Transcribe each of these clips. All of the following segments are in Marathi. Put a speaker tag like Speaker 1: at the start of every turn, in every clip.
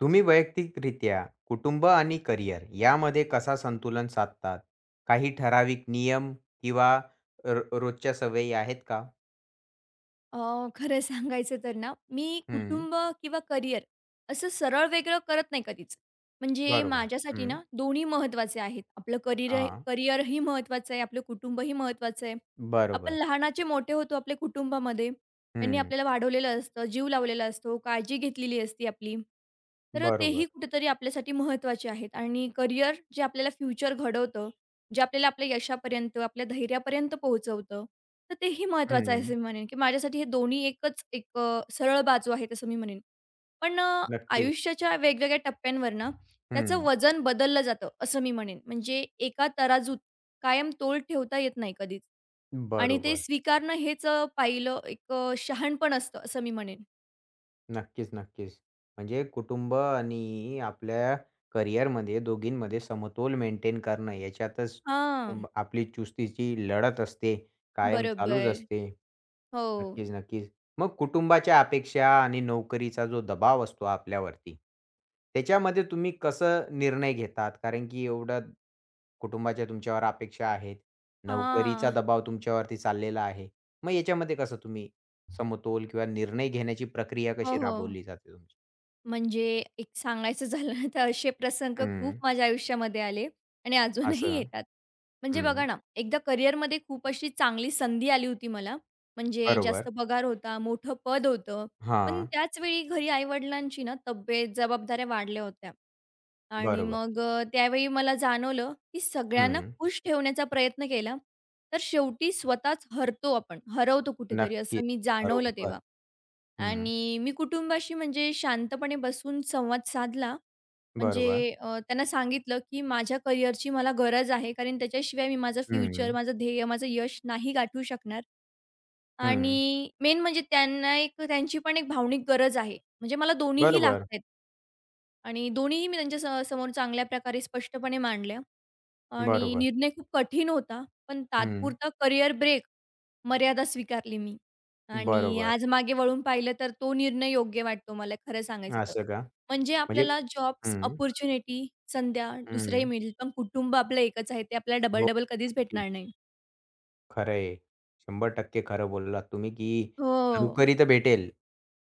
Speaker 1: तुम्ही वैयक्तिकरित्या कुटुंब आणि करिअर यामध्ये कसा संतुलन साधतात? काही ठराविक नियम किंवा रोजच्या सवयी आहेत का?
Speaker 2: खरं सांगायचं तर ना, मी
Speaker 1: हं,
Speaker 2: कुटुंब किंवा करिअर असं सरळ वेगळं करत नाही कधीच. म्हणजे
Speaker 1: बरोबर.
Speaker 2: माझ्यासाठी
Speaker 1: हं,
Speaker 2: ना दोन्ही महत्त्वाचे आहेत. आपलं करिअर
Speaker 1: हां.
Speaker 2: करिअरही महत्त्वाचं आहे, आपलं कुटुंबही महत्त्वाचं आहे. आपण
Speaker 1: बरोबर.
Speaker 2: लहानाचे मोठे होतो आपल्या कुटुंबामध्ये. त्यांनी
Speaker 1: हं,
Speaker 2: आपल्याला वाढवलेलं असतं, जीव लावलेला असतो, काळजी घेतलेली असते आपली. तर तेही
Speaker 1: बरोबर.
Speaker 2: कुठेतरी आपल्यासाठी महत्त्वाचे आहेत आणि करिअर जे आपल्याला फ्युचर घडवतं, जे आपल्याला आपल्या यशापर्यंत, आपल्या धैर्यापर्यंत पोहोचवतं. तर तेही महत्त्वाचं आहे
Speaker 1: हं,
Speaker 2: असं मी म्हणेन, की माझ्यासाठी हे दोन्ही एकच एक सरळ बाजू आहेत असं मी म्हणेन. पण अ,
Speaker 1: नक्कीच.
Speaker 2: आयुष्याच्या वेगवेगळ्या टप्प्यांवर ना, त्याचं
Speaker 1: हं,
Speaker 2: वजन बदललं जातं असं मी म्हणेन. म्हणजे एका तराजूत कायम तोल ठेवता येत नाही कधीच आणि ते
Speaker 1: बरोबर.
Speaker 2: स्वीकारणं हेच पाहिलं एक शहाणपण असतं असं मी म्हणेन.
Speaker 1: नक्कीच, नक्कीच. म्हणजे कुटुंब आणि आपल्या करिअरमध्ये दोघींमध्ये समतोल मेंटेन करणं याच्यातच अ,
Speaker 2: हां,
Speaker 1: आपली चुस्तीची लढत असते. कायम चालूच
Speaker 2: बरोबर.
Speaker 1: असते.
Speaker 2: हो.
Speaker 1: नक्कीच, नक्कीच. मग कुटुंबाच्या अपेक्षा आणि नोकरीचा जो दबाव असतो आपल्यावरती, त्याच्यामध्ये तुम्ही कसं निर्णय घेतात? कारण की एवढ्या कुटुंबाच्या तुमच्यावर अपेक्षा आहेत, नोकरीचा
Speaker 2: हां.
Speaker 1: दबाव तुमच्यावरती चाललेला आहे. मग याच्यामध्ये कसं तुम्ही समतोल किंवा निर्णय घेण्याची प्रक्रिया
Speaker 2: हो,
Speaker 1: कशी
Speaker 2: हो.
Speaker 1: राबवली जाते तुमची?
Speaker 2: म्हणजे एक सांगायचं झालं तर असे प्रसंग खूप
Speaker 1: हं.
Speaker 2: माझ्या आयुष्यामध्ये आले आणि अजूनही
Speaker 1: असं.
Speaker 2: येतात. म्हणजे बघा
Speaker 1: हं.
Speaker 2: ना, एकदा करिअरमध्ये खूप अशी चांगली संधी आली होती मला. म्हणजे जास्त
Speaker 1: बरोबर.
Speaker 2: पगार होता, मोठं पद होतं. पण
Speaker 1: हां.
Speaker 2: त्याच वेळी घरी आई-वडिलांची ना तब्येत, जबाबदाऱ्या वाढल्या होत्या. आणि
Speaker 1: बरोबर.
Speaker 2: मग त्यावेळी मला जाणवलं, की सगळ्यांना
Speaker 1: हं.
Speaker 2: खुश ठेवण्याचा प्रयत्न केला, तर शेवटी स्वतःच हरतो आपण, हरवतो कुठेतरी असं
Speaker 1: नक्कीच.
Speaker 2: मी जाणवलं
Speaker 1: बरोबर.
Speaker 2: तेव्हा.
Speaker 1: हं.
Speaker 2: आणि मी कुटुंबाशी म्हणजे शांतपणे बसून संवाद साधला. म्हणजे
Speaker 1: बरोबर.
Speaker 2: अ, त्यांना सांगितलं, की माझ्या करिअरची मला गरज आहे. कारण त्याच्याशिवाय मी माझं फ्युचर,
Speaker 1: हं.
Speaker 2: माझं ध्येय, माझं यश नाही गाठू शकणार.
Speaker 1: हं.
Speaker 2: आणि मेन म्हणजे त्यांना एक त्यांची पण एक भावनिक गरज आहे. म्हणजे मला दोन्हीही
Speaker 1: बरोबर.
Speaker 2: लागतायत आणि दोन्हीही मी त्यांच्या समोर चांगल्या प्रकारे स्पष्टपणे मांडल्या आणि
Speaker 1: बरोबर.
Speaker 2: निर्णय खूप कठीण होता. पण
Speaker 1: हं.
Speaker 2: तात्पुरता करिअर ब्रेक मर्यादा स्वीकारली मी आणि
Speaker 1: बरोबर.
Speaker 2: आज मागे वळून पाहिलं तर तो निर्णय योग्य वाटतो मला खरं सांगायचं तर.
Speaker 1: असं का?
Speaker 2: म्हणजे
Speaker 1: म्हणजे
Speaker 2: आपल्याला जॉब्स,
Speaker 1: हं,
Speaker 2: अपॉर्च्युनिटी, संध्या दुसऱ्याही
Speaker 1: हं.
Speaker 2: मिळेल, पण कुटुंब आपलं एकच आहे, ते आपल्याला
Speaker 1: हो,
Speaker 2: डबल-डबल कधीच भेटणार
Speaker 1: नक्कीच.
Speaker 2: नाही.
Speaker 1: खरं आहे. 100% खरं बोललात तुम्ही, की
Speaker 2: हो,
Speaker 1: नोकरी तर भेटेल,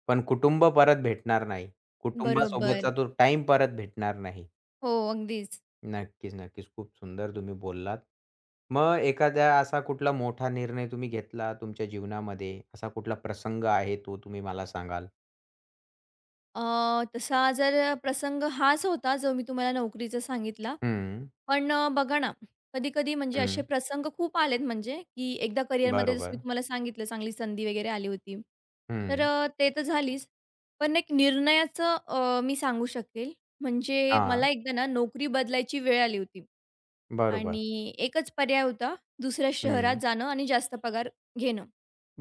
Speaker 1: पण कुटुंब परत भेटणार नाही. कुटुंबासोबतचा
Speaker 2: बरोबर.
Speaker 1: तो टाईम परत भेटणार नाही.
Speaker 2: हो, अगदीच.
Speaker 1: नक्कीच, नक्कीच. खूप सुंदर तुम्ही बोललात. मग एखादा असा कुठला मोठा निर्णय तुम्ही घेतला तुमच्या जीवनामध्ये, असा कुठला प्रसंग आहे तो तुम्ही मला सांगाल?
Speaker 2: अ, तसा जर प्रसंग हाच होता जो मी तुम्हाला नोकरीचा सांगितला.
Speaker 1: हं,
Speaker 2: बघा ना, कधी-कधी म्हणजे
Speaker 1: हं.
Speaker 2: असे प्रसंग खूप आलेत म्हणजे, की एकदा करिअरमध्ये जसं मी
Speaker 1: बरोबर.
Speaker 2: तुम्हाला सांगितलं चांगली संधी वगैरे आली होती.
Speaker 1: हं.
Speaker 2: ते तर झालीच. पण एक निर्णयाचं मी सांगू शकेल. म्हणजे
Speaker 1: हां.
Speaker 2: मला एकदा ना नोकरी बदलायची वेळ आली होती
Speaker 1: बरोबर.
Speaker 2: आणि एकच पर्याय होता दुसऱ्या शहरात
Speaker 1: हं.
Speaker 2: जाणं आणि जास्त पगार घेणं.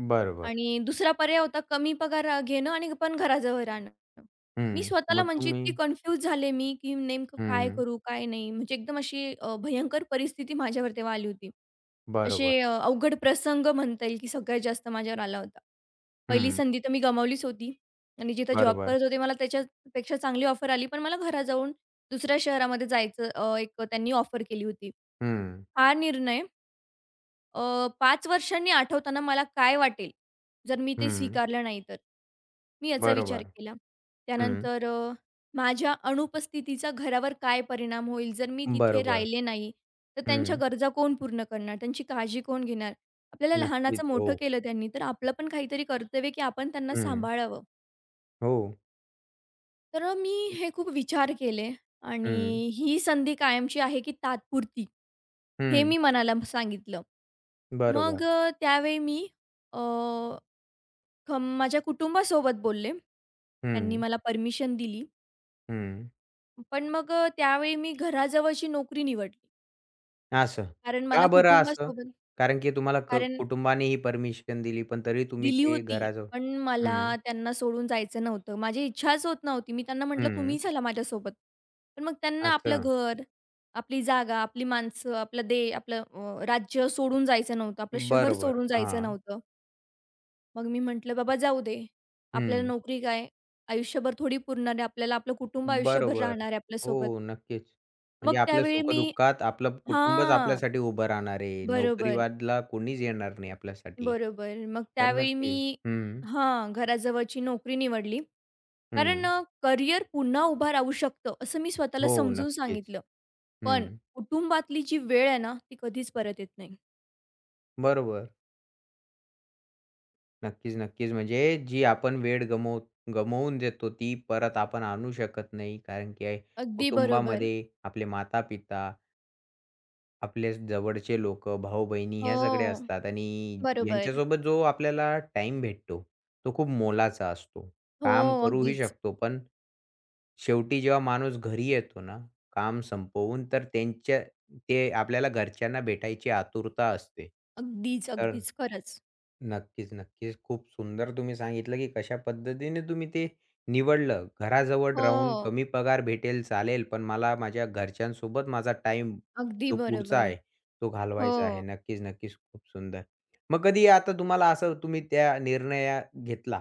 Speaker 1: बरोबर.
Speaker 2: आणि दुसरा पर्याय होता कमी पगार घेणं आणि पण घराजवळ राहणं. मी
Speaker 1: हं.
Speaker 2: स्वतःला
Speaker 1: मग
Speaker 2: म्हणजे
Speaker 1: तुम्ही
Speaker 2: इतकी कन्फ्यूज झाले मी, की नेमकं काय
Speaker 1: हं,
Speaker 2: करू, काय नाही? म्हणजे एकदम अशी भयंकर परिस्थिती माझ्यावर तेव्हा आली होती.
Speaker 1: बरोबर.
Speaker 2: असे अवघड प्रसंग म्हणता येईल, की सगळ्यात जास्त माझ्यावर आला होता. पहिली
Speaker 1: हं,
Speaker 2: संधी तर मी गमावलीच होती आणि जिथं जॉब
Speaker 1: बरोबर.
Speaker 2: करत होते मला त्याच्यापेक्षा चांगली ऑफर आली, पण मला घराजवळून दुसऱ्या शहरामध्ये जायचं एक त्यांनी ऑफर केली होती.
Speaker 1: हं,
Speaker 2: हा निर्णय 5 वर्षांनी आठवताना मला काय वाटेल, जर मी ते
Speaker 1: हं,
Speaker 2: स्वीकारलं नाही तर? मी याचा विचार
Speaker 1: बरोबर.
Speaker 2: केला.
Speaker 1: हं.
Speaker 2: त्यानंतर माझ्या अनुपस्थितीचा घरावर काय परिणाम होईल? जर मी तिथे
Speaker 1: बरोबर.
Speaker 2: राहिले नाही, तर त्यांच्या
Speaker 1: हं.
Speaker 2: गरजा कोण पूर्ण करणार? त्यांची काळजी कोण घेणार? आपल्याला
Speaker 1: नक्कीच.
Speaker 2: लहानाचं
Speaker 1: हो.
Speaker 2: मोठं केलं त्यांनी, तर आपलं पण काहीतरी कर्तव्य, की आपण त्यांना
Speaker 1: हं,
Speaker 2: सांभाळावं.
Speaker 1: हो.
Speaker 2: तर मी हे खूप विचार केले आणि
Speaker 1: हं,
Speaker 2: ही संधी कायमची आहे, की तात्पुरती? हे
Speaker 1: हं,
Speaker 2: मी मनाला सांगितलं. मग
Speaker 1: बरोबर.
Speaker 2: अ, त्यावेळी मी माझ्या कुटुंबासोबत बोलले. त्यांनी
Speaker 1: हं,
Speaker 2: मला परमिशन दिली.
Speaker 1: हं.
Speaker 2: पण मग त्यावेळी मी घराजवळची नोकरी निवडली.
Speaker 1: असं.
Speaker 2: कारण मला
Speaker 1: का बरं असं?
Speaker 2: कुटुंबासोबत
Speaker 1: कारण की तुम्हाला
Speaker 2: कारण
Speaker 1: कुटुंबाने ही परमिशन दिली, पण तरी तुम्ही
Speaker 2: दिली
Speaker 1: ते
Speaker 2: होती,
Speaker 1: घराजवळ
Speaker 2: पण मला
Speaker 1: हं,
Speaker 2: त्यांना सोडून जायचं नव्हतं. माझी इच्छाच होत नव्हती. मी त्यांना म्हटलं,
Speaker 1: हं.
Speaker 2: "तुम्ही चला माझ्यासोबत." पण मग त्यांना आपलं
Speaker 1: असं.
Speaker 2: घर, आपली जागा, आपली माणसं, आपला दे आपलं अ, राज्य सोडून जायचं नव्हतं. आपलं शहर
Speaker 1: बरोबर.
Speaker 2: सोडून जायचं
Speaker 1: हां.
Speaker 2: नव्हतं. मग मी म्हटलं, "बाबा जाऊ दे. आपल्याला
Speaker 1: हं.
Speaker 2: नोकरी काय, आयुष्यभर थोडी पुरणार आहे. आपल्याला आपलं कुटुंब आयुष्यभर
Speaker 1: बरोबर.
Speaker 2: राहणार आहे आपल्यासोबत."
Speaker 1: हो, नक्कीच.
Speaker 2: मग
Speaker 1: म्हणजे आपल्या
Speaker 2: त्यावेळी मी
Speaker 1: सुख-दुःखात आपलं कुटुंबच
Speaker 2: हां.
Speaker 1: आपल्यासाठी उभं राहणार आहे.
Speaker 2: बरोबर,
Speaker 1: नोकरीवादला कोणीच येणार नाही आपल्यासाठी.
Speaker 2: बरोबर. मग
Speaker 1: तर
Speaker 2: त्यावेळी मी
Speaker 1: नक्कीच. हं,
Speaker 2: हां, घराजवळची नोकरी निवडली. कारण
Speaker 1: हं.
Speaker 2: अ, करिअर पुन्हा उभं राहू शकतं, असं मी स्वतःला
Speaker 1: हो,
Speaker 2: समजून
Speaker 1: नक्कीच.
Speaker 2: सांगितलं. पण
Speaker 1: हं.
Speaker 2: कुटुंबातली जी वेळ आहे ना, ती कधीच परत येत नाही.
Speaker 1: बरोबर. नक्कीच, नक्कीच. म्हणजे जी आपण वेळ गमव गमावून देतो ती परत आपण आणू शकत नाही. कारण की
Speaker 2: अगदी बरोबर.
Speaker 1: कुटुंबामध्ये आपले माता-पिता आपले जवळचे लोकं, भाऊ-बहिणी ह्या सगळ्या
Speaker 2: हो.
Speaker 1: असतात आणि
Speaker 2: बरोबर.
Speaker 1: यांच्यासोबत जो आपल्याला टाइम भेटतो, तो खूप मोलाचा असतो.
Speaker 2: हो.
Speaker 1: काम करूही
Speaker 2: अगदीच.
Speaker 1: शकतो, पण शेवटी जेव्हा माणूस घरी येतो ना, काम संपवून, तर ते आपल्याला घरच्यांना भेटायची आतुरता असते.
Speaker 2: अगदीच,
Speaker 1: तर
Speaker 2: अगदीच. खरंच.
Speaker 1: नक्कीच, नक्कीच. खूप सुंदर तुम्ही सांगितलं, की कशा पद्धतीने तुम्ही ते निवडलं. घराजवळ राहून
Speaker 2: हो.
Speaker 1: कमी पगार भेटेल चालेल, पण मला माझ्या घरच्यांसोबत माझा टाइम
Speaker 2: अगदी
Speaker 1: जो पुढचा
Speaker 2: बरोबर.
Speaker 1: आहे, तो
Speaker 2: हो.
Speaker 1: घालवायचा आहे. नक्कीच, नक्कीच. खूप सुंदर. मग कधी आता तुम्हाला असं तुम्ही त्या निर्णय घेतला.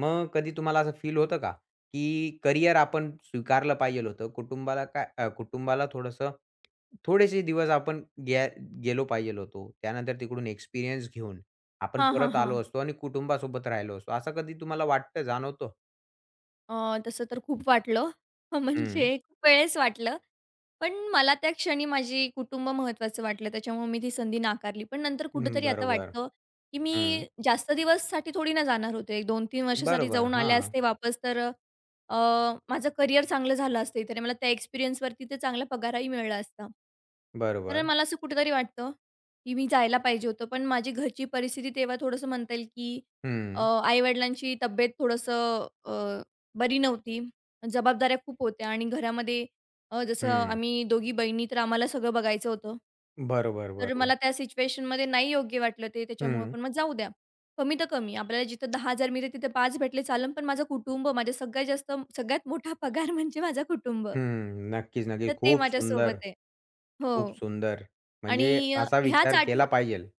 Speaker 1: मग कधी तुम्हाला असं फील होतं का, की करियर आपण स्वीकारलं पाहिजेल होतं. कुटुंबाला काय कुटुंबाला थोडेसे दिवस आपण गेलो पाहिजेल होतो. त्यानंतर तिकडून एक्सपिरियन्स घेऊन आपण
Speaker 2: हां, हां,
Speaker 1: परत
Speaker 2: हां.
Speaker 1: आलो असतो आणि कुटुंबासोबत राहिलो असतो. असं कधी तुम्हाला वाटतं, जाणवतो?
Speaker 2: तसं तर खूप वाटलं.
Speaker 1: हं.
Speaker 2: म्हणजे खूप वेळेस वाटलं. पण मला त्या क्षणी माझी कुटुंब महत्त्वाचं वाटलं. त्याच्यामुळे मी ती संधी नाकारली. पण नंतर
Speaker 1: हं,
Speaker 2: कुठेतरी आता
Speaker 1: बरोबर.
Speaker 2: वाटतं, की मी
Speaker 1: हं.
Speaker 2: जास्त दिवससाठी थोडी ना जाणार होते. 2-3 वर्षासाठी
Speaker 1: बरोबर.
Speaker 2: जाऊन आले
Speaker 1: हां.
Speaker 2: असते वापस तर अ, माझं करिअर चांगलं झालं असतं इथे आणि मला त्या एक्सपिरियन्सवरती ते चांगला पगारही मिळाला असता. तर
Speaker 1: बरोबर.
Speaker 2: मला असं कुठेतरी वाटतं, की मी जायला पाहिजे होतं. पण माझी घरची परिस्थिती तेव्हा थोडंसं म्हणता येईल, की
Speaker 1: हं.
Speaker 2: आई-वडिलांची तब्येत थोडंसं बरी नव्हती. जबाबदाऱ्या खूप होत्या आणि घरामध्ये जसं
Speaker 1: हं.
Speaker 2: आम्ही दोघी बहिणी, तर आम्हाला सगळं बघायचं होतं.
Speaker 1: बरोबर,
Speaker 2: तर
Speaker 1: बरोबर.
Speaker 2: मला त्या सिच्युएशनमध्ये नाही योग्य वाटलं ते त्याच्यामुळं,
Speaker 1: हं.
Speaker 2: पण मग जाऊ द्या. कमी तर कमी. आपल्याला जिथं 10,000 मिळते तिथे 5 भेटले चालेल, पण माझं कुटुंब, माझ्या सगळ्यात जास्त सगळ्यात मोठा पगार म्हणजे माझं कुटुंब.
Speaker 1: हं. नक्कीच,
Speaker 2: तर
Speaker 1: नक्कीच.
Speaker 2: ते
Speaker 1: खूप सुंदर,
Speaker 2: माझ्यासोबत आहे. हो.
Speaker 1: खूप सुंदर.
Speaker 2: आणि
Speaker 1: म्हणजे
Speaker 2: अ,
Speaker 1: असा
Speaker 2: ह्याच
Speaker 1: विचार
Speaker 2: आठवणी
Speaker 1: केला पाहिजेल.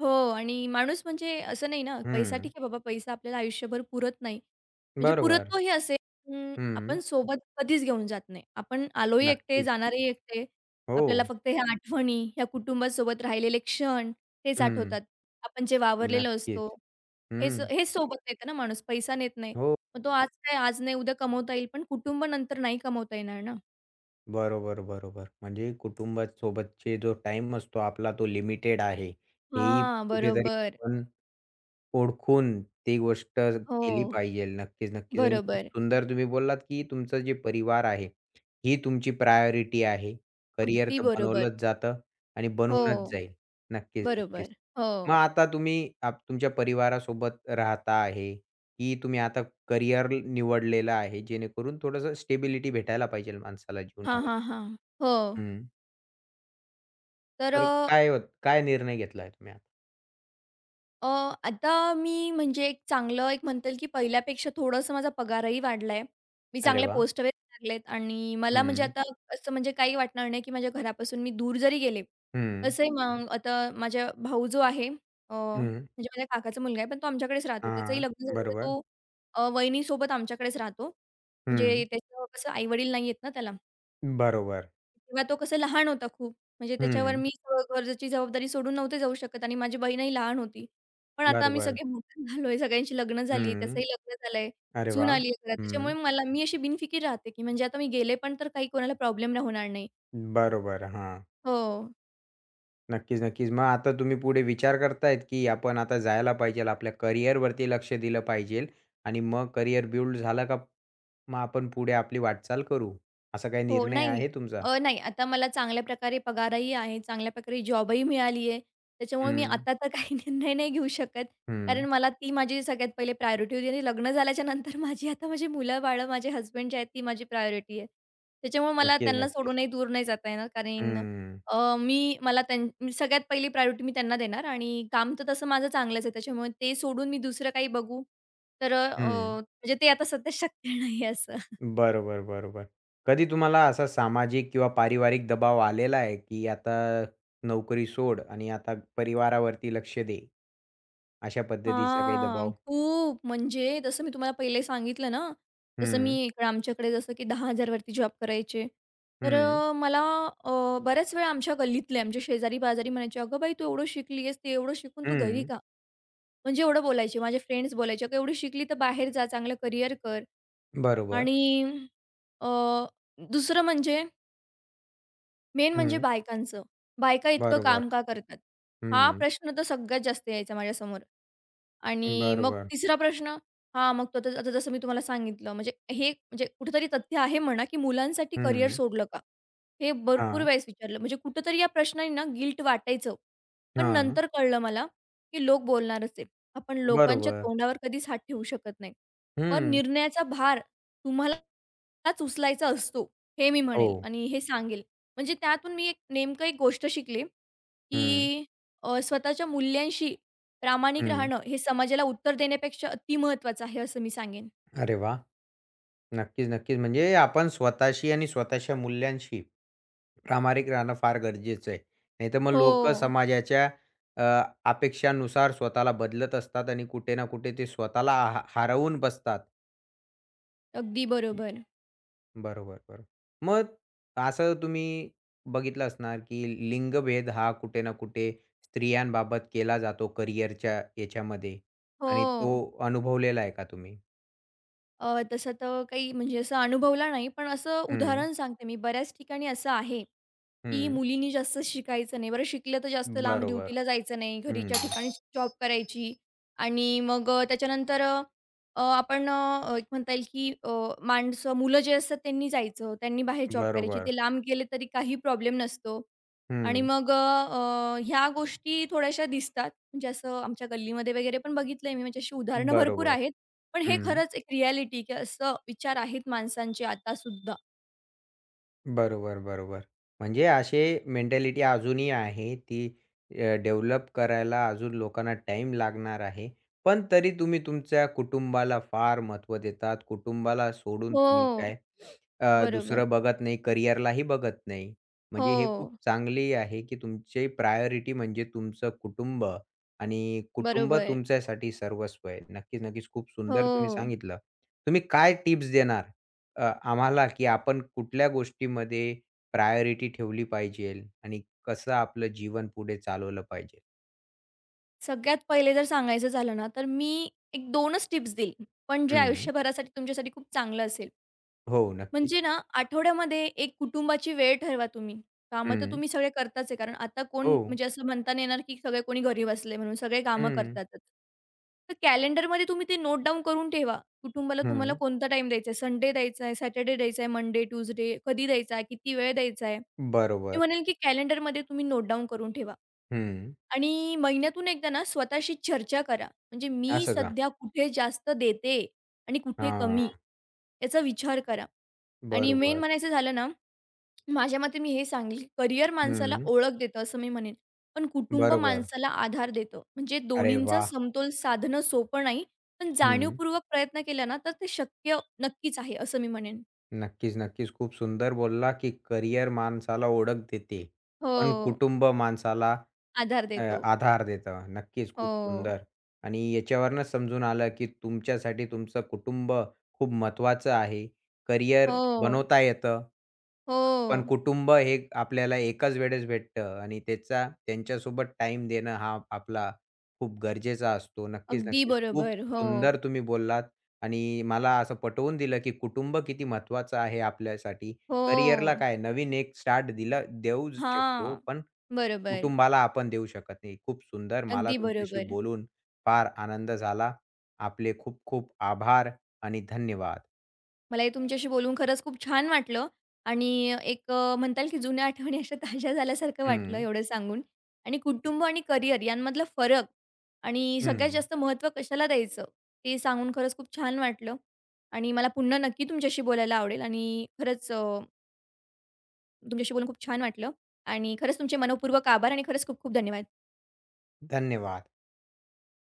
Speaker 2: हो आणि माणूस म्हणजे असं नाही ना, पैसा
Speaker 1: हं.
Speaker 2: ठीक आहे बाबा, पैसा आपल्याला आयुष्यभर पुरत नाही. म्हणजे
Speaker 1: बरोबर.
Speaker 2: पुरतो ही असेल, पण
Speaker 1: हं.
Speaker 2: आपण सोबत कधीच घेऊन जात नाही. आपण आलोही एकटे,
Speaker 1: नक्कीच.
Speaker 2: जाणारही एकटे.
Speaker 1: हो.
Speaker 2: आपल्याला फक्त ह्या आठवणी, ह्या कुटुंबासोबत राहिलेले क्षण हेच
Speaker 1: हं.
Speaker 2: आठवतात. आपण जे वावरलेलो
Speaker 1: नक्कीच.
Speaker 2: असतो, हेच
Speaker 1: हं.
Speaker 2: हेच सोबत नेतं ना माणूस, पैसा नेत नाही.
Speaker 1: हो.
Speaker 2: मग तो आज काय, आज नाही, उद्या कमवता येईल, पण कुटुंब नंतर नाही कमवता येणार ना.
Speaker 1: बरोबर, बरोबर. म्हणजे कुटुंबासोबतचे जो टाइम असतो आपला तो लिमिटेड आहे. हेही
Speaker 2: हां,
Speaker 1: कुठेतरी
Speaker 2: बरोबर.
Speaker 1: आपण ओळखून ती गोष्ट केली
Speaker 2: हो,
Speaker 1: पाहिजे. नक्कीच, नक्कीच आणि खूप
Speaker 2: बरोबर.
Speaker 1: सुंदर तुम्ही बोललात, की तुमचं जे परिवार आहे, ही तुमची प्रायोरिटी आहे. करिअर
Speaker 2: अगदी
Speaker 1: तर
Speaker 2: बरोबर.
Speaker 1: बनवलंच जातं आणि बनूनच
Speaker 2: हो,
Speaker 1: जाईल. नक्कीच, नक्कीच.
Speaker 2: बरोबर. हो.
Speaker 1: मग आता तुम्ही तुमच्या परिवारासोबत राहता आहे, की तुम्ही आता करियर निवडलेलं आहे, जेणेकरून थोडंसं स्टेबिलिटी भेटायला पाहिजे माणसाला
Speaker 2: हां, हां,
Speaker 1: जीवनामध्ये.
Speaker 2: हां. हो.
Speaker 1: हं.
Speaker 2: तर
Speaker 1: तर
Speaker 2: अ,
Speaker 1: काय होत काय निर्णय घेतलाय तुम्ही आता?
Speaker 2: अ, आता मी म्हणजे एक चांगलं एक म्हणता येईल, की पहिल्यापेक्षा थोडंसं माझा पगारही वाढलाय. मी
Speaker 1: अरे
Speaker 2: चांगल्या
Speaker 1: वाह!
Speaker 2: पोस्टवर लागलेत आणि मला म्हणजे
Speaker 1: हं,
Speaker 2: आता असं म्हणजे काही वाटणार नाही, की माझ्या घरापासून मी दूर जरी गेले.
Speaker 1: हं,
Speaker 2: कसंही मग आता माझा भाऊ जो आहे
Speaker 1: हं.
Speaker 2: म्हणजे माझ्या काकाचा मुलगा आहे, पण तो आमच्याकडेच राहतो. त्याचंही
Speaker 1: हां.
Speaker 2: लग्न झालं तर
Speaker 1: बरोबर.
Speaker 2: तो वहिनीसोबत आमच्याकडेच राहतो. म्हणजे
Speaker 1: हं.
Speaker 2: त्याचं कसं आई-वडील नाही आहेत ना त्याला.
Speaker 1: बरोबर.
Speaker 2: तेव्हा तो कसं लहान होता खूप. म्हणजे त्याच्यावर
Speaker 1: हं.
Speaker 2: मी सगळं गरजेची जबाबदारी सोडून नव्हते जाऊ शकत आणि माझी बहीणही लहान होती. पण आता आम्ही
Speaker 1: बरोबर.
Speaker 2: सगळे मोठे झालोय, सगळ्यांची लग्न झाली,
Speaker 1: हं.
Speaker 2: त्याचंही लग्न झालंय,
Speaker 1: अरे
Speaker 2: सून
Speaker 1: वाह!
Speaker 2: आली घरात. त्याच्यामुळे
Speaker 1: हं.
Speaker 2: मला मी अशी बिनफिकीर राहते, की म्हणजे आता मी गेले पण तर काही कोणाला प्रॉब्लेम होणार नाही.
Speaker 1: बरोबर. हां.
Speaker 2: हो.
Speaker 1: नक्कीच, नक्कीच. मग आता तुम्ही पुढे विचार करतायत, की आपण आता जायला पाहिजेल, आपल्या करियरवरती लक्ष दिलं पाहिजेल आणि मग करियर बिल्ड झालं का मग आपण पुढे आपली वाटचाल करू. असा काही
Speaker 2: हो,
Speaker 1: निर्णय
Speaker 2: नाही.
Speaker 1: आहे तुमचा?
Speaker 2: नाही, आता मला चांगल्या प्रकारे पगारही आहे, चांगल्या प्रकारे जॉबही मिळाली आहे. त्याच्यामुळे मी
Speaker 1: हं,
Speaker 2: आता तर काही निर्णय नाही घेऊ शकत. कारण
Speaker 1: हं.
Speaker 2: मला ती माझी सगळ्यात पहिले प्रायोरिटी होती आणि लग्न झाल्याच्या नंतर आता माझी मुलं-बाळं, माझे हसबंड जे आहेत, ती माझी प्रायोरिटी आहे. त्याच्यामुळे मला
Speaker 1: नक्कीच,
Speaker 2: त्यांना
Speaker 1: नक्कीच.
Speaker 2: सोडूनही दूर नाही जाता येणार. कारण
Speaker 1: हं,
Speaker 2: अ, मी मला त्यां मी सगळ्यात पहिली प्रायोरिटी मी त्यांना देणार आणि काम तर तसं माझं चांगलंच आहे. त्याच्यामुळे ते सोडून मी दुसरं काही बघू, तर अ,
Speaker 1: हं.
Speaker 2: म्हणजे ते आता सध्या शक्य नाही असं.
Speaker 1: बरोबर, बरोबर. कधी तुम्हाला असा सामाजिक किंवा पारिवारिक दबाव आलेला आहे, की आता नोकरी सोड आणि आता परिवारावरती लक्ष दे, अशा पद्धतीचा काही
Speaker 2: हां,
Speaker 1: दबाव?
Speaker 2: खूप म्हणजे जसं मी तुम्हाला पहिले सांगितलं ना, जसं मी
Speaker 1: हं,
Speaker 2: इकडे आमच्याकडे जसं की 10,000 वरती जॉब करायचे.
Speaker 1: हं,
Speaker 2: मला बऱ्याच वेळा आमच्या गल्लीतले, आमच्या शेजारी-पाजारी म्हणायचे, "अगं बाई, तू एवढं शिकली आहेस, ते एवढं शिकून तू घरी
Speaker 1: हं.
Speaker 2: का?" म्हणजे एवढं बोलायचे. माझे फ्रेंड्स बोलायचे, "अगं एवढी शिकली तर बाहेर जा, चांगलं करियर कर."
Speaker 1: बरोबर.
Speaker 2: आणि अ, दुसरं म्हणजे मेन म्हणजे
Speaker 1: हं.
Speaker 2: बायकांचं, "बायका इतकं
Speaker 1: बरोबर.
Speaker 2: काम का करतात?" हा
Speaker 1: हं.
Speaker 2: प्रश्न तर सगळ्यात जास्त यायचा माझ्यासमोर. आणि मग
Speaker 1: बरोबर.
Speaker 2: तिसरा प्रश्न हां, मग तो आता आता जसं मी तुम्हाला सांगितलं, म्हणजे हे म्हणजे कुठेतरी तथ्य आहे म्हणा, की मुलांसाठी करिअर
Speaker 1: हं.
Speaker 2: सोडलं का? हे भरपूर
Speaker 1: हां,
Speaker 2: वेळेस विचारलं. म्हणजे कुठेतरी या प्रश्नाने ना गिल्ट वाटायचं. पण
Speaker 1: हां.
Speaker 2: नंतर कळलं मला, की लोक बोलणारच आहे. आपण लोकांच्या
Speaker 1: बरोबर.
Speaker 2: तोंडावर कधीच हात ठेवू शकत नाही. पण
Speaker 1: हं.
Speaker 2: निर्णयाचा भार तुम्हालाच उचलायचा असतो, हे मी
Speaker 1: हो.
Speaker 2: म्हणेल आणि हे सांगेल. म्हणजे त्यातून मी एक नेमकं एक गोष्ट शिकले,
Speaker 1: हं,
Speaker 2: की स्वतःच्या मूल्यांशी प्रामाणिक
Speaker 1: हं.
Speaker 2: राहणं हे समाजाला उत्तर देण्यापेक्षा अतिमहत्त्वाचं आहे, असं मी सांगेन.
Speaker 1: अरे वाह! नक्कीच, नक्कीच. म्हणजे आपण स्वतःशी आणि स्वतःच्या मूल्यांशी प्रामाणिक राहणं फार गरजेचं आहे. नाहीतर मग
Speaker 2: हो,
Speaker 1: लोकं समाजाच्या अ, अपेक्षानुसार स्वतःला बदलत असतात आणि कुठे ना कुठे ते स्वतःला हरवून बसतात.
Speaker 2: अगदी बरोबर.
Speaker 1: बरोबर, बरोबर. मग असं तुम्ही बघितलं असणार, की लिंगभेद हा कुठे ना कुठे स्त्रियांबाबत केला जातो करिअरच्या याच्यामध्ये आणि तो
Speaker 2: हो.
Speaker 1: अनुभवलेला आहे का तुम्ही?
Speaker 2: तसं तर काही म्हणजे असं अनुभवला नाही, पण असं
Speaker 1: हं,
Speaker 2: उदाहरण सांगते मी. बऱ्याच ठिकाणी असं आहे, की
Speaker 1: हं.
Speaker 2: मुलींनी जास्त शिकायचं नाही. बरं शिकलं तर जास्त लांब
Speaker 1: बरोबर.
Speaker 2: ड्युटीला जायचं नाही, घरीच्या
Speaker 1: हं.
Speaker 2: ठिकाणीच जॉब करायची आणि मग अ, त्याच्यानंतर अ, अ, आपण अ, एक म्हणता येईल, की अ, माणसं मुलं जे असतात त्यांनी जायचं, त्यांनी बाहेर जॉब करायची.
Speaker 1: बरोबर.
Speaker 2: ते लांब गेले तरी काही प्रॉब्लेम नसतो आणि
Speaker 1: हं.
Speaker 2: मग ह्या गोष्टी थोड्याशा दिसतात. म्हणजे असं आमच्या गल्लीमध्ये वगैरे पण बघितलंय मी, म्हणजे अशी उदाहरणं भरपूर
Speaker 1: बरोबर.
Speaker 2: आहेत. पण हे
Speaker 1: हं.
Speaker 2: खरंच एक रिॲलिटी की असं विचार आहेत माणसांचे आता सुद्धा
Speaker 1: बरोबर, बरोबर. म्हणजे अशी मेंटॅलिटी अजूनही आहे ती डेव्हलप करायला अजून लोकांना टाईम लागणार आहे. पण तरी तुम्ही तुमच्या कुटुंबाला फार महत्त्व देतात. कुटुंबाला सोडून तुम्ही
Speaker 2: हो,
Speaker 1: काय
Speaker 2: बरोबर.
Speaker 1: दुसरं बघत नाही, करिअरलाही बघत नाही. म्हणजे हे खूप
Speaker 2: हो,
Speaker 1: चांगली आहे, की तुमची प्रायोरिटी म्हणजे तुमचं कुटुंब आणि कुटुंब
Speaker 2: बरोबर.
Speaker 1: तुमच्यासाठी सर्वस्व आहे. नक्कीच, नक्कीच. खूप सुंदर तुम्ही
Speaker 2: हो.
Speaker 1: सांगितलं. तुम्ही काय टिप्स देणार? अ, आम्हाला, की आपण कुठल्या गोष्टीमध्ये प्रायोरिटी ठेवली पाहिजेल आणि कसं आपलं जीवन पुढे चालवलं पाहिजे.
Speaker 2: सगळ्यात पहिले जर सांगायचं झालं ना, तर मी एक 2च टिप्स देईल, पण जे
Speaker 1: हं.
Speaker 2: आयुष्यभरासाठी तुमच्यासाठी खूप चांगलं असेल.
Speaker 1: हो, नक्कीच.
Speaker 2: म्हणजे ना, आठवड्यामध्ये एक कुटुंबाची वेळ ठरवा तुम्ही. कामं तर
Speaker 1: हं.
Speaker 2: तुम्ही सगळे करताच आहे. कारण आता कोण
Speaker 1: हो.
Speaker 2: म्हणजे असं म्हणता नाही येणार, की सगळे कोणी घरी बसले म्हणून सगळे कामं
Speaker 1: हं.
Speaker 2: करतातच. तर कॅलेंडरमध्ये तुम्ही ते नोट डाउन करून ठेवा. कुटुंबाला तुम्हाला
Speaker 1: हं.
Speaker 2: कोणता टाईम द्यायचा आहे? संडे द्यायचा आहे, सॅटर्डे द्यायचा आहे, मंडे, ट्यूसडे कधी द्यायचा आहे? किती वेळ द्यायचा आहे? मी
Speaker 1: बरोबर.
Speaker 2: म्हणेल, की कॅलेंडरमध्ये तुम्ही नोट डाउन करून ठेवा.
Speaker 1: हं.
Speaker 2: आणि महिन्यातून एकदा ना स्वतःशी चर्चा करा. म्हणजे मी
Speaker 1: असं का?
Speaker 2: सध्या कुठे जास्त देते आणि कुठे कमी
Speaker 1: हां.
Speaker 2: याचा विचार करा. आणि मेन
Speaker 1: बरोबर.
Speaker 2: म्हणायचं झालं ना, माझ्या मते मी हे सांगेल, करिअर माणसाला
Speaker 1: हं.
Speaker 2: ओळख देतं असं मी म्हणेन, पण कुटुंब
Speaker 1: बरोबर.
Speaker 2: माणसाला आधार देतं. म्हणजे
Speaker 1: अरे
Speaker 2: दोन्हींचा
Speaker 1: वाह!
Speaker 2: समतोल साधणं सोपं नाही, पण
Speaker 1: हं.
Speaker 2: जाणीवपूर्वक प्रयत्न केला ना, तर ते शक्य नक्कीच आहे असं मी म्हणेन.
Speaker 1: नक्कीच, नक्कीच. खूप सुंदर बोलला, की करिअर माणसाला ओळख देते, पण
Speaker 2: हो,
Speaker 1: कुटुंब माणसाला
Speaker 2: आधार
Speaker 1: अ,
Speaker 2: देतो.
Speaker 1: आधार देतं. नक्कीच, खूप
Speaker 2: हो,
Speaker 1: सुंदर आणि याच्यावरूनच समजून आलं, की तुमच्यासाठी तुमचं कुटुंब खूप महत्त्वाचं आहे. करिअर
Speaker 2: हो,
Speaker 1: बनवता येतं. पण
Speaker 2: हो.
Speaker 1: कुटुंब हे आपल्याला एकाच वेळेस भेटतं आणि त्याचा त्यांच्यासोबत टाइम देणं हा आपला खूप गरजेचा असतो. नक्कीच,
Speaker 2: अगदी
Speaker 1: नक्कीच. खूप
Speaker 2: बरोबर. हो,
Speaker 1: सुंदर तुम्ही बोललात आणि मला असं पटवून दिलं, की कुटुंब किती महत्त्वाचं आहे आपल्यासाठी. करिअरला
Speaker 2: हो.
Speaker 1: काय नवीन एक स्टार्ट दिला देऊच शकतो,
Speaker 2: हां.
Speaker 1: पण
Speaker 2: बरोबर.
Speaker 1: कुटुंबाला आपण देऊ शकत नाही. खूप सुंदर. मला
Speaker 2: अगदी
Speaker 1: तुमच्याशी
Speaker 2: बरोबर.
Speaker 1: बोलून फार आनंद झाला. आपले खूप खूप आभार आणि धन्यवाद.
Speaker 2: मलाही तुमच्याशी बोलून खरंच खूप छान वाटलं आणि एक म्हणता येईल की जुन्या आठवणी अशा ताज्या झाल्यासारखं वाटलं
Speaker 1: हं,
Speaker 2: एवढं सांगून आणि कुटुंब आणि करिअर यांमधला फरक आणि सगळ्यात
Speaker 1: हं.
Speaker 2: जास्त महत्त्व कशाला द्यायचं ते सांगून खरंच खूप छान वाटलं आणि मला पुन्हा नक्की तुमच्याशी बोलायला आवडेल आणि खरंच तुमच्याशी बोलून खूप छान वाटलं आणि खरंच तुमचे मनःपूर्वक आभार आणि खरंच खूप खूप धन्यवाद.
Speaker 1: धन्यवाद.